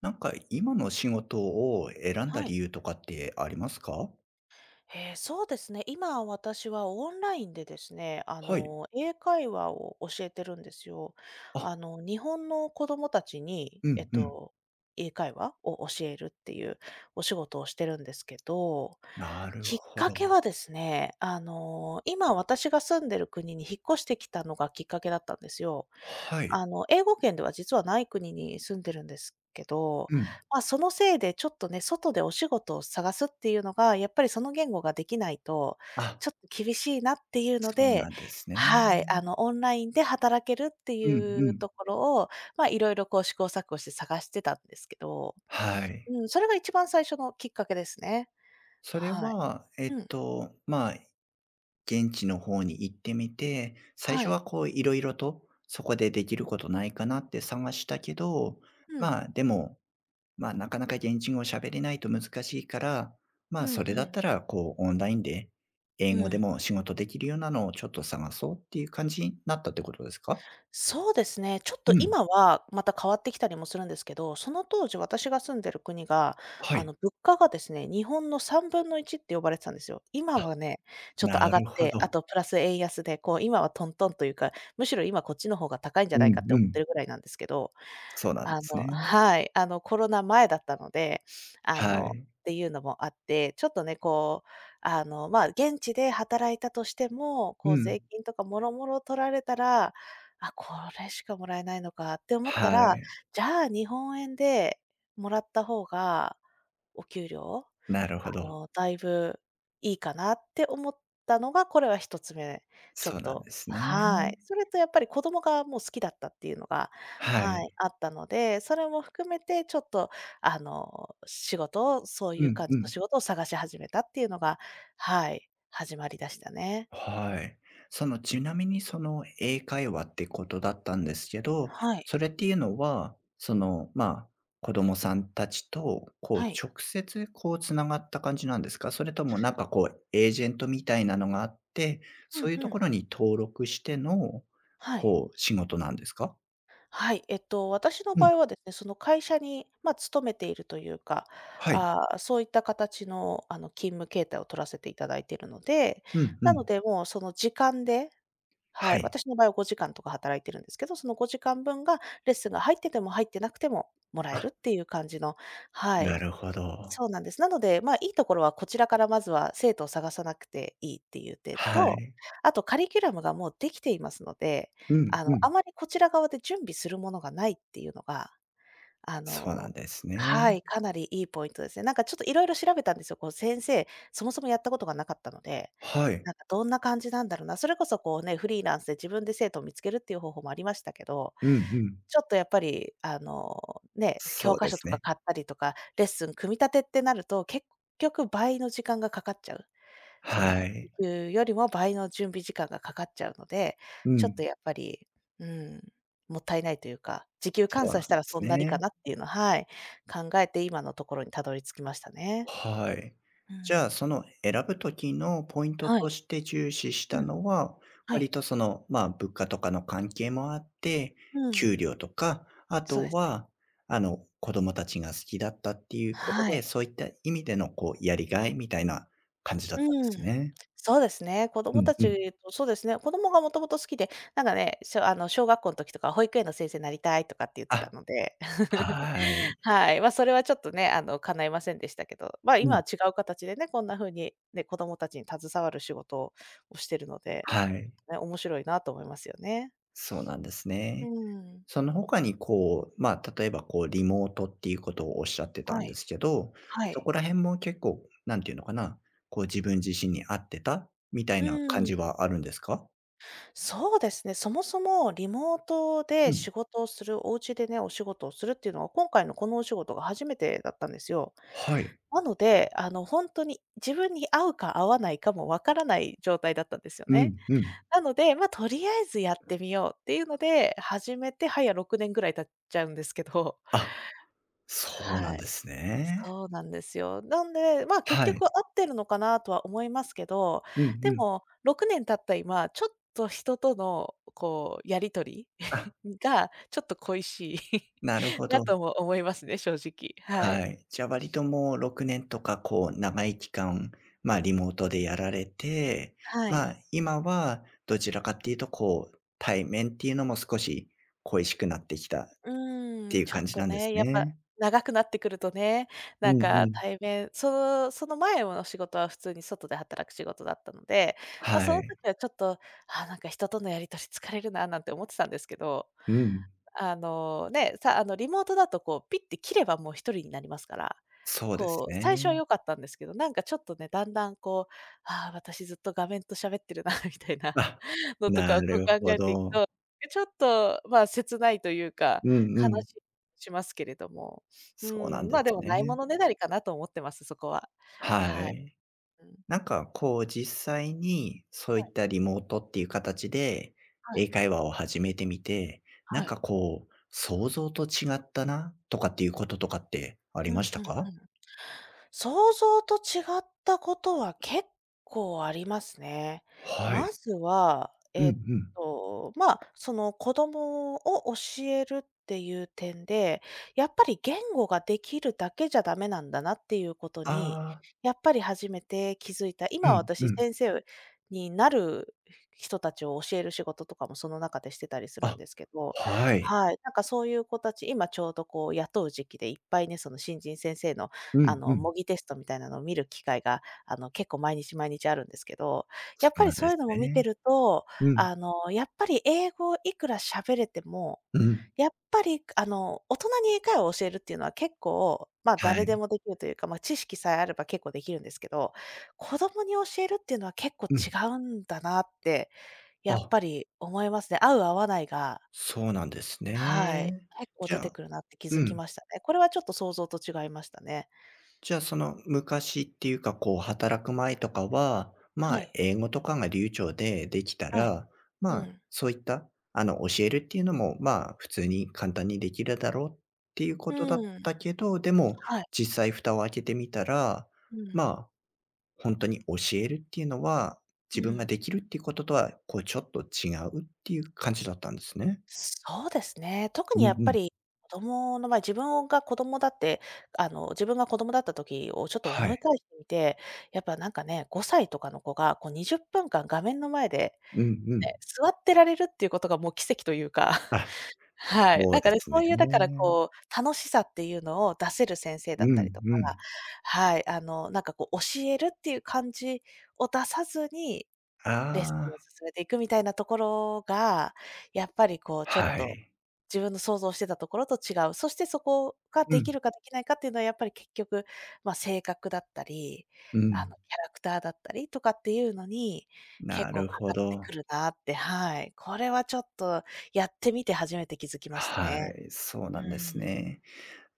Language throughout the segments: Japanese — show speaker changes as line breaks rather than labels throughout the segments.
なんか今の仕事を選んだ
は
理
い。
由とかってありますか？
そうですね。今、私はオンラインでですね、
はい。
英会話を教えてるんですよ。
あ、
日本の子供たちに、
うんうん。
英会話を教えるっていうお仕事をしてるんですけど、
なる
きっ
ほ
か
ど。
けはですね、今私が住んでる国に引っ越してきたのがきっかけだったんですよ。
はい。
あの、英語圏では実はない国に住んでるんですけど、
うん。
まあ、そのせいでちょっとね、外でお仕事を探すっていうのが、やっぱりその言語ができないと、
あ、
ちょっと厳しいなっていうの
そう
で、
なんですね。
はい、オンラインで働けるって
うん
い
う
う
ん。
ところを、まあ、いろいろこう試行錯誤して探してたんですけど、
はい。
うん、それが一番最初のきっかけですね。
それ
はい。
は、
うん、
現地の方に行ってみて、最
は
初は
い。
こう色々と、そこでできることないかなって探したけど、
うん、
まあ、でもまあ、なかなか現地語を喋れないと難しいから、ま
う
あ、
ん、
それだ
う
っ
ん、
たら、こう、オンラインで、英
う
語で
ん。
も仕事できるようなのをちょっと探そうっていう感じになったってことですか？
そうですね。ちょっと
うん、
今はまた変わってきたりもするんですけど、その当時私が住んでる国が、
はい。
物価がですね、日本の3分の1って呼ばれてたんですよ。今
あ、
はね、ちょっと
な
上がっ
るほ
て、あ
ど。
とプラス円安で、こう、今はトントンというか、むしろ今こっちの方が高いんじゃ
う
ない
ん
かって
う
思って
ん。
るぐらいなんですけど、
そうなんで
あ
す
の
ね。
はい、コロナ前だったので、
はい。
っていうのもあって、ちょっとね、こう、まあ、現地で働いたとしても、
う
こう、
ん。
税金とかもろもろ取られたら、あ、これしかもらえないのかって思った
は
ら、
い。
じゃあ日本円でもらった方が、お給料、
なるほど。
だいぶいいかなって思ったのが、これは一つ目、ちょ
そう
っ
なん
と
です
は
ね。
い。それとやっぱり子供がもう好きだったっていうのが、
は
は
い。
い、あったので、それも含めてちょっと、仕事をそう
う
いう
ん
感
う
じの
ん。
仕事を探し始めたっていうのが、はい、始まりだしたね。
はい。その、ちなみにその英会話ってことだったんですけど、
はい、
それっていうのは、子供さんたちと、こう、
はい。
直接、こう、つながった感じなんですかそれとも、エージェントみたいなのがあって、
う
そ
ん
ういうと
う
こ
ん。
ろに登録しての、
はい。
こう、仕事なんですか
はい、私の
う
場
ん。
合はですね、その会社に、まあ、勤めているというか、
はい。
そういった形の、勤務形態を取らせていただいているので、
うんう
なの
ん。
で、もうその時間では
は
い、
い。
私の場合は5時間とか働いてるんですけど、その5時間分がレッスンが入ってても入ってなくてももらえる
あ、
っていう感じの、は
な
い、
るほど。
そうなんです。なので、まあ、いいところはこちらからまずは生徒を探さなくていいっていう点
は
と、
い。
あとカリキュラムがもうできていますので、
うんうん。
あまりこちら側で準備するものがないっていうのが、あ
そうな
の
んです
は
ね。
い、かなりいいポイントですね。なんかちょっといろいろ調べたんですよ。こう先生、そもそもやったことがなかったので、
はい。
なんかどんな感じなんだろうな。それこそこうね、フリーランスで自分で生徒を見つけるっていう方法もありましたけど、
うんうん。
ちょっとやっぱり、あの、ね、
そ
教
う
科
で
書
す
とか
ね。
買ったりとか、レッスン組み立てってなると、結局倍の時間がかかっちゃう。そ
は
の、時
い。
給よりも倍の準備時間がかかっちゃうので、
う
ちょっ
ん、
とやっぱり、うん、もったいないというか、時給
そう
換
なん
算
で
したらそ
す
んなにか
ね。
なっていうの、はい、考えて今のところにたどり着きましたね。
はい。
う
じゃあ、
ん。
その選ぶ時のポイント
は
と
い。
して重視し
う
た
ん、
のは、
は
割
い。
とその、まあ、物価とかの関係もあって、
うん、
給料とか、あ
そう
と
ですね。
は、子供たちが好きだったっていうこと
は
で、
い。
そういった意味でのこう、やりがいみたいな感じだったんで
う
す
ん。
ね。
そうですね。子
う
供
ん
た
うん。
ちとそうですね、子供がもともと好きで、なんかね、あの、小学校の時とか保育園の先生になりたいとかって言ってた
あ、
ので。
はい。
はい。まあ、それはちょっとね、叶いませんでしたけど、まあ、
う
今
ん。
は違う形でね、こんな風にね、子供たちに携わる仕事をしてるので、
はい。
ね、面白いなと思いますよね。
そうなんです
う
ね。
ん。
その他にこう、まあ、例えばこうリモートっていうことをおっしゃってた
は
んで
い。
すけど、
は
そ
い。
こら辺も結構、なんていうのかな、こう自分自身に合ってたみたいな
う
感じ
ん。
はあるんですか？
そうですね、そもそもリモート
う
で
ん。
仕事をする、お家でね、お仕事をするっていうのは、今回のこのお仕事が初めてだったんですよ。
はい。
なので、本当に自分に合うか合わないかもわからない状態だったんですよ
う
ね。
んうん。
なので、まあ、とりあえずやってみようっていうので、始めてはや6年ぐらい経っちゃうんですけど。
あ、そうな
は
ん
い。
ですね。
そうなんですよ。なんで、まあ、結
はい。
局合ってるのかなとは思いますけど、
うん
で
うん。
も6年経った今、ちょっと人とのこうやり取
あ、
り がちょっと恋しい
なるほ
な
ど。
とも思いますね、正直。はい。
はい。じゃあ割ともう6年とか、こう長い期間、まあリモートでやられて、
はい。
まあ今はどちらかっていうと、こう対面っていうのも少し恋しくなってきたっ
うー
て
ん、
いう
ちょ
感
っ
じ
と
なんです
ね、やっぱ
ね。
長くなってくるとね、
う
な
ん
んか
うん。
対面、その前の仕事は普通に外で働く仕事だったので、まあ、
は
その
い。
時はちょっと、あ、なんか人とのやり取り疲れるななんて思ってたんですけど、
うん。
あの、ね、さあの、リモートだとこう、ピッて切ればもう一人になりますから、
そうです
こう、最初は
ね。
良かったんですけど、なんかちょっとね、だんだんこう、ああ、私ずっと画面と喋ってるな みたいな
あ、
のと
な
かをこう
る
考
ほ
えていく
ど。
と、ちょっと、まあ、切ないというか、
うんう
悲
ん。
しいしますけれども、う
そうなん
ん、
で
まあ、
す
でもないも
ね。
のねだりかなと思ってます、そこは。
は
はい。
い。
うん。
なんかこう実際に、そういったリモートっていう形で、
は
英
い、
会話を始めてみて、なん
は
か
い。
こう、想像と違ったなとかっていうこととかってあり
うんうんう
ました
ん。
か？
想像と違ったことは結構ありますね。
はい。
まずは、
うんうん。
まあ、その子供を教えるっていう点で、やっぱり言語ができるだけじゃダメなんだなっていうことに、
ああ。
やっぱり初めて気づいた。
う
今
んう
私
ん。
先生になる人たちを教える仕事とかもその中でしてたりするん
あ、
ですけど、
はい。
はい、なんかそういう子たち、今ちょうどこう雇う時期でいっぱいね、その新人先生の、
うんうん。
模擬テストみたいなのを見る機会が、結構毎日毎日あるんですけど、
そ
やっ
う
ぱ
なん
りそ
で
ういう
す
のも見
ね。
てると、
うん。
やっぱり英語いくら喋れても、
うん。
やっぱり、大人に英会話を教えるっていうのは結構、まあ、
は
誰で
い。
もできるというか、まあ、知識さえあれば結構できるんですけど、子供に教えるっていうのは結構
うん。
違うんだなって、やっ
あ、
ぱり思いますね。合う合わないが、
そうなんです
はい、
ね。
結構
じ
出
ゃ
て
あ
くるなって気づ
う
き
ん。
ましたね。これはちょっと想像と違いましたね。
じゃあ、その昔っていうか、こう働く前とかは、ま
は
あ、
い、
英語とかが流暢でできた
はい、
ら、
うん。
そういった、教えるっていうのも、まあ、普通に簡単にできるだろうっていうことだ
う
っ
ん。
たけど、でも、
はい。
実際蓋を開けてみたら、
う
ま
ん。
あ、本当に教えるっていうのは、
う
自分が
ん。
できるっていうこととは、こうちょっと違うっていう感じだったんですね。
そうですね。特
うん
にやっ
う
ぱ
ん。
り子供の場合、自分が子供だった時をちょっと
は
思
い。
い返してみて、やっぱなんかね、5歳とかの子がこう20分間画面の前で、ね、
うんうん。
座ってられるっていうことがもう奇跡というか、
あ、
はい。
そ
な
う
ん
で
かね、
す
そ
ね。
ういうだからこう、楽しさっていうのを出せる先生
う
だったり
ん
とか、
うん。
はい、なんかこう教えるっていう感じを出さずにレッス
あ
ンを
あ。
進めていくみたいなところが、やっぱりこうちょっ
は
と、
い。
自分の想像してたところと違う。そしてそこが
う
でき
ん。
るかできないかっていうのはやっぱり結局、まあ、性格だったり、
うん。
キャラクターだったりとかっていうのに、結
な
構
る
か
ほ
かって
ど。
くるなって、はい。これはちょっとやってみて初めて気づきました
は
ね。
い、そう
う
なんです
ん。
ね。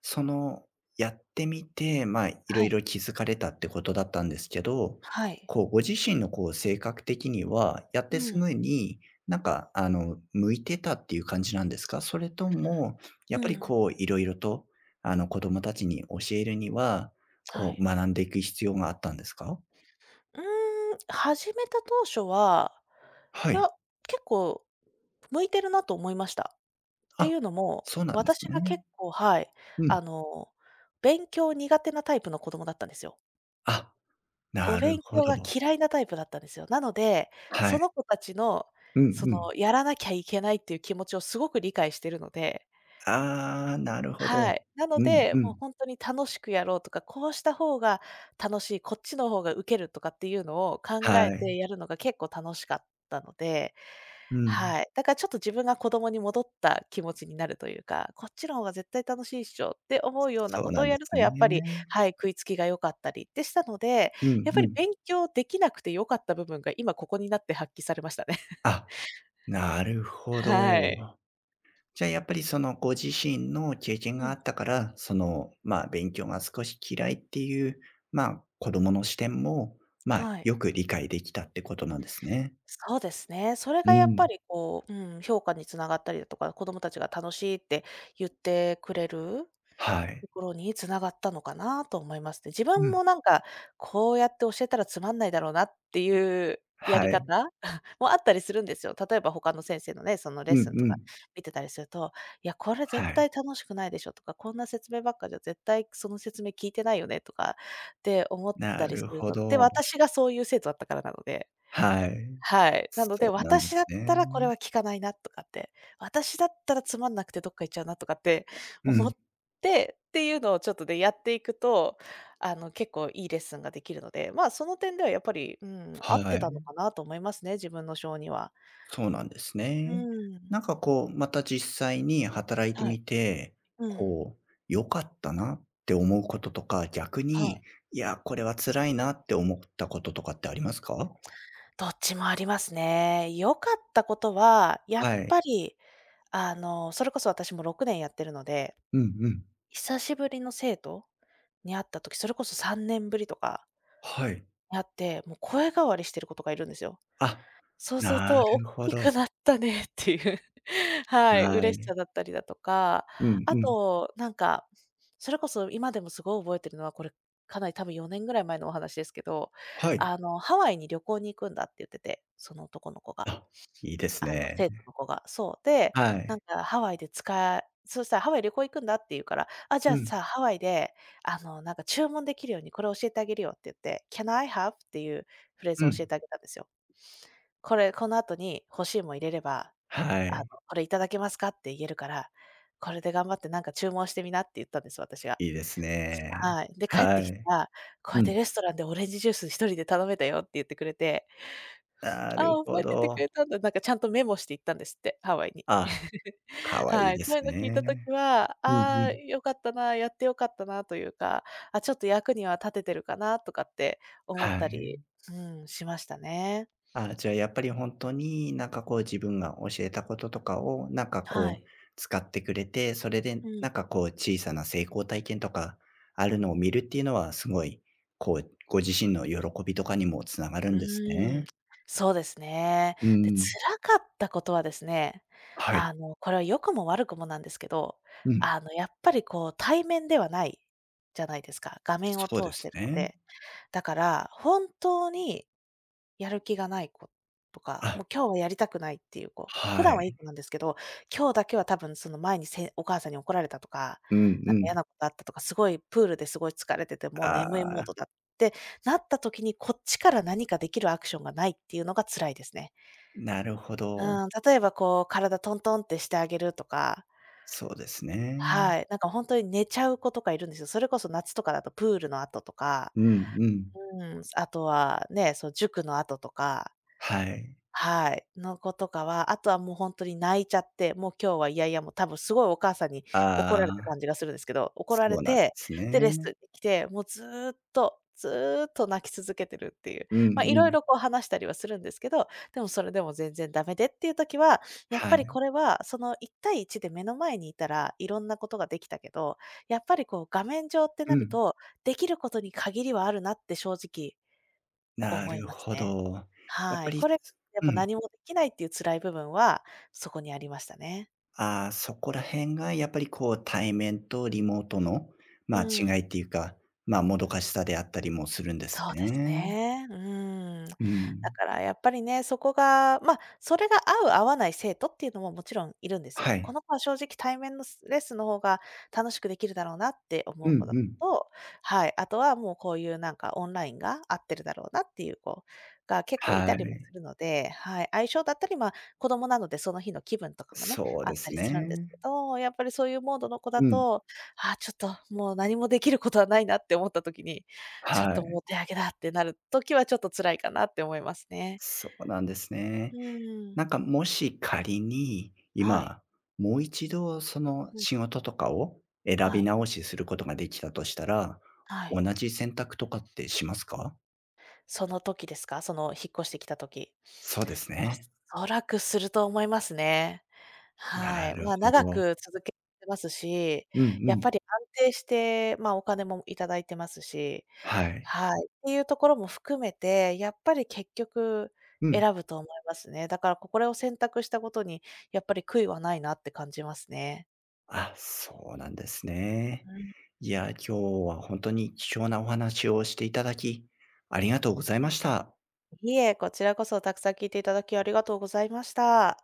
その、やってみて、まあ、いろ
は
い
い。
ろ気づかれたってことだったんですけど、
はい。
こう、ご自身のこう、性格的には、やって
う
す
ん。
ぐに、向いてたっていう感じなんですか？それとも、やっ
う
ぱり
ん。
こう、いろいろと、子供たちに教えるには、
は
こう、
い。
学んでいく必要があったんですか？
う始めた当初は、
は
い
い。
や、結構向いてるなと思いました。って
あ、
いうのも、
そうなんです
私が
ね。
結構はい、
うん。
あの、勉強苦手なタイプの子供だったんですよ。
あ
お
なる
勉
ほ
強
ど。
が嫌いなタイプだったんですよ。なので、
は
そ
い。
の子たちの、
うんうん。
やらなきゃいけないっていう気持ちをすごく理解してるので、
ああ、なるほど。
はい。なの
うん
で、
う
もう
ん。
本当に楽しくやろうとか、こうした方が楽しい、こっちの方がウケるとかっていうのを考
は
え
い。
てやるのが結構楽しかったので、
うん。
はい。だからちょっと自分が子供に戻った気持ちになるというか、こっちの方が絶対楽しいっしょって思うような
そ
こ
う
と
な
を
んで
やる
す
と、
ね。
やっぱり、はい、食いつきが良かったりでしたので、
うん
やっぱ
う
り
ん。
勉強できなくて良かった部分が今ここになって発揮されましたね。
あ、なる ほ
はい。
ど。じゃあやっぱりそのご自身の経験
う
が
ん、
あったから、勉強が少し嫌いっていう、まあ、子供の視点も、まあ、
は
よ
い。
く理解できたってことなんですね。
そうですね。それ
う
がやっ
ん。
ぱりこう、うん、評価につながったりだとか、子供たちが楽しいって言ってくれる
はい。
ところにつながったのかなと思いますね。自
う
分
ん。
もなんか、こうやって教えたらつまんないだろうなっていうや
は
り
い。
方 もあったりするんですよ。例えば他の先生のね、そのレ
う
ッ
ん
スンと
う
か
ん。
見てたりすると、いや、これ
は
絶
い。
対楽しくないでしょとか、こんな説明ばっかじゃ絶対その説明聞いてないよねとかって思っ
な
たりす
る
る
ほ
のって、
ど。
私がそういう生徒だったからなので。
はい。
はい。なので、
そうなんで
私だ
す
ったらこ
ね。
れは効かないなとかって、私だったらつまんなくてどっか行っちゃうなとかって
う
思
ん。
って、っていうのをちょっとでやっていくと、結構いいレッスンができるので、まあ、その点ではやっぱり、うん、合
は
ってたの
い。
かなと思いますね、自分の性には。
そうなんです
う
ね。
ん。
なんかこう、また実際に働いて
はい。
みて、
うん。
こう、良かったなって思うこととか、逆
は
に、
い。
いや、これは辛いなって思ったこととかってありますか？
どっちもありますね。良かったことは、やっ
はい。
ぱり、それこそ私も6年やってるので
うんうん。
久しぶりの生徒に会った時、それこそ3年ぶりとか
はい。
に会って、もう声変わりしてる子とかいるんですよ。
あ、
そうする
な
と、大
るほ
き
ど。
くなったねっていう はい、
は
嬉し
い。
さだったりだとか、
うん
あ
うん。
と、それこそ今でもすごい覚えてるのは、これ、かなり多分4年ぐらい前のお話ですけど、
はい。
ハワイに旅行に行くんだって言ってて、その男の子が。
あ、いいですね。
生徒の子が。そう。で、
は
なん
い。
かハワイで使えそしたら「ハワイ旅行行くんだ」って言うから、「あ、じゃ
う
あ
ん。
さ、ハワイで、なんか注文できるようにこれ教えてあげるよ」って言って、「Can I have」っていうフレー
う
ズを
ん。
教えてあげたんですよ。「これ、この後に欲しいもん入れれば、
はい。
これいただけますか？」って言えるから、「これで頑張ってなんか注文してみな」って言ったんです、私が。
いいですね。
はい。で、帰っ
は
てきた
い。
ら、「こうや
う
って
ん。
レストランでオレンジジュース一人で頼めたよ」って言ってくれて、
なる
ああ、
ほ
覚えててく
ど。
れたんだ。なんかちゃんとメモして行ったんですって、ハワイに。
あ、可愛い
はい、
で
そ
す
ういうの聞いたと
ね。
きは、
うんう
ああ、
ん。
良かったな、やって良かったなというか、あ、ちょっと役には立ててるかなとかって思っ
は
た
い。
り、うん、しましたね。
あ、じゃあやっぱりほんとに、なんかこう自分が教えたこととかを、なんか
は
こう
い。
使ってくれて、それで
うん。
なんかこう小さな成功体験とかあるのを見るっていうのはすごい、こうご自身の喜びとかにも繋がる
う
んです
ん。
ね。
そうですね。
う
で、
ーん。
辛かったことはですね、
はい。
これは良くも悪くもなんですけど、
うん。
やっぱりこう対面ではないじゃないですか。画面を
そうで
通し
す
てるの
ね。
で。だから、本当にやる気がない子とか、も
あ、
う今日はやりたくないっていう子、普
は
段
い。
はいい子なんですけど、今日だけは多分その前にお母さんに怒られたとか、
うん
な
う
んか嫌
ん。
なことあったとか、すごいプールですごい疲れてて、もう眠いモ
あ
ード
あ、
だってなった時に、こっちから何かできるアクションがないっていうのが辛いですね。
なるほ
う
ど。
ん、例えばこう体トントンってしてあげるとか、
そうですね。
はい、なんか本当に寝ちゃう子とかいるんですよ。それこそ夏とかだとプールの後とか、
うんうん。
うん、あとはね、そう、塾の後とか、
はい。
はい、の子とかは、あとはもう本当に泣いちゃって、もう今日はいやいや、もう多分すごいお母さんに怒
あ
られた感
あ。
じがするんですけど、怒
そ
られ
うなんで
て、
す
で、レッスン
ね。
に来て、もうずーっと、ずーっと泣き続けてるっていう。
うん
まあ、い
う
ろい
ん。
ろこう話したりはするんですけど、でもそれでも全然ダメでっていう時は、やっ
は
ぱり
い。
これはその1対1で目の前にいたら、いろんなことができたけど、やっぱりこう画面上って
う
なる
ん。
と、できることに限りはあるなって正直
な
思い
る
ます
ほ
ね。
ど。やっ
は
ぱ
い。
り
これ、やっ
う
ぱ
ん。
何もできないっていう辛い部分は、そこにありましたね。
ああ、そこら辺がやっぱりこう対面とリモートの、
う
まあ、違
ん。
いっていうか、まあ、もどかしさであったりもするんです
そうです
ね。
ね。うん。だ
うん。
からやっぱりね、そこが、まあ、それが合う合わない生徒っていうのももちろんいるんです
は
よ。こ
い。
の子は正直対面のレッスンの方が楽しくできるだろうなって思
う
う子
ん
だ
うん。
と、はい、あとはもうこういうなんかオンラインが合ってるだろうなっていう子が結構い
は
たりも
い。
するので、はい、相性だったり、まあ、子供なのでその日の気分とかもね、
そう
あっ
で
た
す
りするんですけ
ね。
ど、やっぱりそういうモードの子だ
うん。
と、あーちょっともう何もできることはないなって思った時に、ちょっ
は
ともう
い。
お手上げだってなる時はちょっと辛いかなって思いますね。
そうなんですね。
うーん。
なんかもし仮に、
はい。
今、もう一度その
うん。
仕事とかを選
は
び
い。
直しすることができたとしたら、
は
同
い。
じ選択とかってしますか？
その時ですか？その引っ越してきた時。
そうですね。
おそらくすると思いますね。は
な
い。
る
まあ、
ほ
長
ど。
く続けてますし、
うんう
やっ
ん。
ぱり安定して、まあ、お金もいただいてますし、
はい。
はい。っていうところも含めて、やっぱり結局
うん。
選ぶと思いますね。だからこれを選択したことにやっぱり悔いはないなって感じますね。
あ、そうなんですね。
うん、
いや、今日は本当に貴重なお話をしていただき、ありがとうございました。
いえ、こちらこそたくさん聞いていただきありがとうございました。